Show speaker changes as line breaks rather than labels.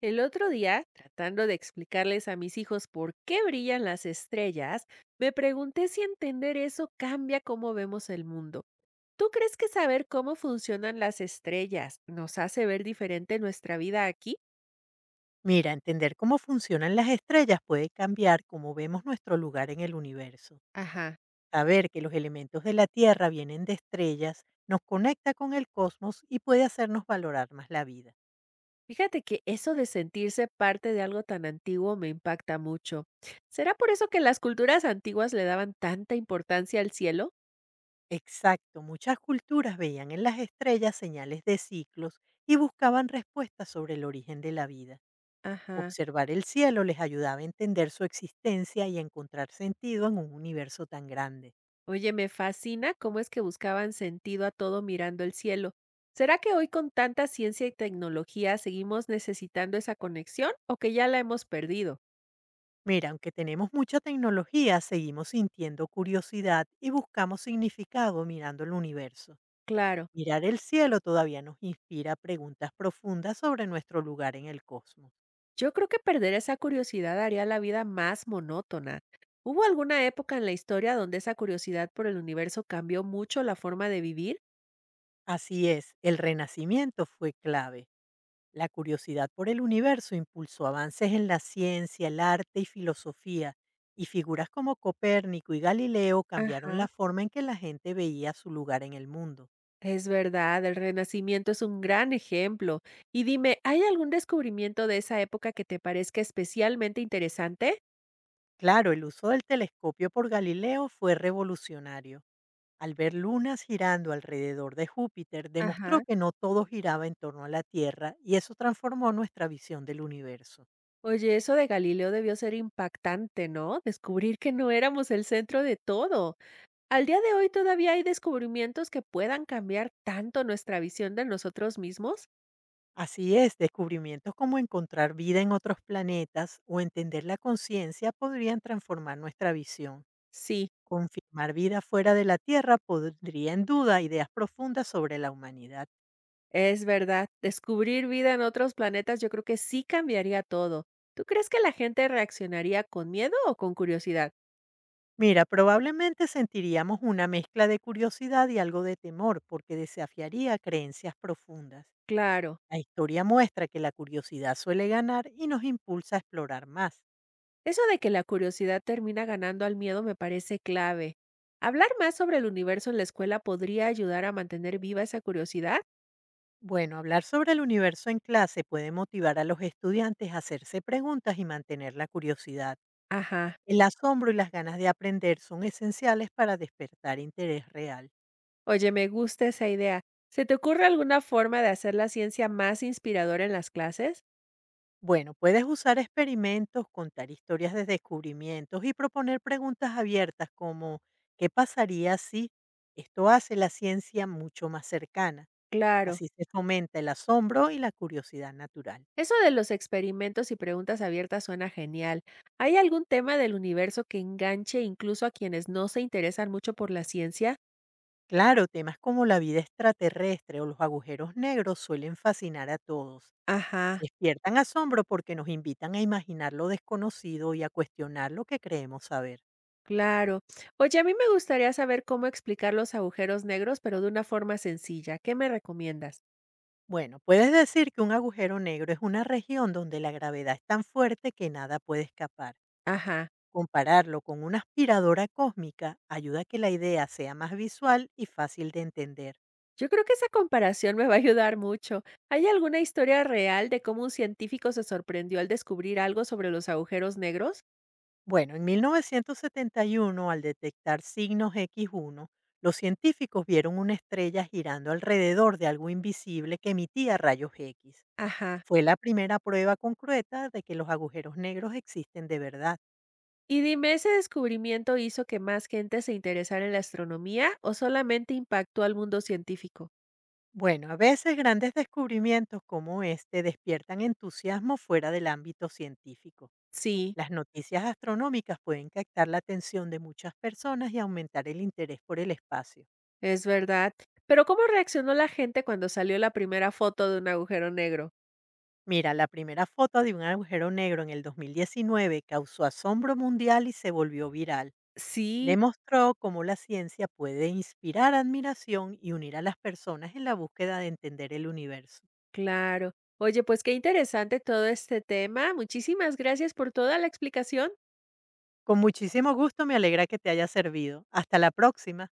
El otro día, tratando de explicarles a mis hijos por qué brillan las estrellas, me pregunté si entender eso cambia cómo vemos el mundo. ¿Tú crees que saber cómo funcionan las estrellas nos hace ver diferente nuestra vida aquí?
Mira, entender cómo funcionan las estrellas puede cambiar cómo vemos nuestro lugar en el universo.
Ajá.
Saber que los elementos de la Tierra vienen de estrellas nos conecta con el cosmos y puede hacernos valorar más la vida.
Fíjate que eso de sentirse parte de algo tan antiguo me impacta mucho. ¿Será por eso que las culturas antiguas le daban tanta importancia al cielo?
Exacto, muchas culturas veían en las estrellas señales de ciclos y buscaban respuestas sobre el origen de la vida.
Ajá.
Observar el cielo les ayudaba a entender su existencia y a encontrar sentido en un universo tan grande.
Oye, me fascina cómo es que buscaban sentido a todo mirando el cielo. ¿Será que hoy con tanta ciencia y tecnología seguimos necesitando esa conexión o que ya la hemos perdido?
Mira, aunque tenemos mucha tecnología, seguimos sintiendo curiosidad y buscamos significado mirando el universo.
Claro,
Mirar el cielo todavía nos inspira preguntas profundas sobre nuestro lugar en el cosmos.
yo creo que perder esa curiosidad haría la vida más monótona. ¿Hubo alguna época en la historia donde esa curiosidad por el universo cambió mucho la forma de vivir?
Así es, el Renacimiento fue clave. La curiosidad por el universo impulsó avances en la ciencia, el arte y filosofía, y figuras como Copérnico y Galileo cambiaron
Ajá.
la forma en que la gente veía su lugar en el mundo.
Es verdad, el Renacimiento es un gran ejemplo. Y dime, ¿hay algún descubrimiento de esa época que te parezca especialmente interesante?
Claro, el uso del telescopio por Galileo fue revolucionario. Al ver lunas girando alrededor de Júpiter, demostró
Ajá.
que no todo giraba en torno a la Tierra y eso transformó nuestra visión del universo.
Oye, eso de Galileo debió ser impactante, ¿no? Descubrir que no éramos el centro de todo. Al día de hoy todavía hay descubrimientos que puedan cambiar tanto nuestra visión de nosotros mismos.
Así es, descubrimientos como encontrar vida en otros planetas o entender la conciencia podrían transformar nuestra visión.
Sí,
Confirmar vida fuera de la Tierra podría en duda ideas profundas sobre la humanidad.
es verdad. Descubrir vida en otros planetas yo creo que sí cambiaría todo. ¿Tú crees que la gente reaccionaría con miedo o con curiosidad?
Mira, probablemente sentiríamos una mezcla de curiosidad y algo de temor porque desafiaría creencias profundas.
Claro.
La historia muestra que la curiosidad suele ganar y nos impulsa a explorar más.
Eso de que la curiosidad termina ganando al miedo me parece clave. ¿Hablar más sobre el universo en la escuela podría ayudar a mantener viva esa curiosidad?
Bueno, hablar sobre el universo en clase puede motivar a los estudiantes a hacerse preguntas y mantener la curiosidad.
Ajá.
El asombro y las ganas de aprender son esenciales para despertar interés real.
Oye, me gusta esa idea. ¿Se te ocurre alguna forma de hacer la ciencia más inspiradora en las clases?
Bueno, puedes usar experimentos, contar historias de descubrimientos y proponer preguntas abiertas como ¿qué pasaría si? Esto hace la ciencia mucho más cercana.
Claro,
Así se fomenta el asombro y la curiosidad natural.
eso de los experimentos y preguntas abiertas suena genial. ¿Hay algún tema del universo que enganche incluso a quienes no se interesan mucho por la ciencia?
Claro, temas como la vida extraterrestre o los agujeros negros suelen fascinar a todos.
Ajá,
Despiertan asombro porque nos invitan a imaginar lo desconocido y a cuestionar lo que creemos saber.
claro. Oye, a mí me gustaría saber cómo explicar los agujeros negros, pero de una forma sencilla. ¿Qué me recomiendas?
Bueno, puedes decir que un agujero negro es una región donde la gravedad es tan fuerte que nada puede escapar.
Ajá.
Compararlo con una aspiradora cósmica ayuda a que la idea sea más visual y fácil de entender.
Yo creo que esa comparación me va a ayudar mucho. ¿Hay alguna historia real de cómo un científico se sorprendió al descubrir algo sobre los agujeros negros?
Bueno, en 1971, al detectar signos X1, los científicos vieron una estrella girando alrededor de algo invisible que emitía rayos X.
Ajá.
Fue la primera prueba concreta de que los agujeros negros existen de verdad.
Y dime, ¿ese descubrimiento hizo que más gente se interesara en la astronomía o solamente impactó al mundo científico?
Bueno, a veces grandes descubrimientos como este despiertan entusiasmo fuera del ámbito científico.
Sí,
Las noticias astronómicas pueden captar la atención de muchas personas y aumentar el interés por el espacio.
es verdad. Pero ¿cómo reaccionó la gente cuando salió la primera foto de un agujero negro?
Mira, la primera foto de un agujero negro en el 2019 causó asombro mundial y se volvió viral.
Sí,
Demostró cómo la ciencia puede inspirar admiración y unir a las personas en la búsqueda de entender el universo.
claro. Oye, pues qué interesante todo este tema. Muchísimas gracias por toda la explicación.
Con muchísimo gusto me alegra que te haya servido. Hasta la próxima.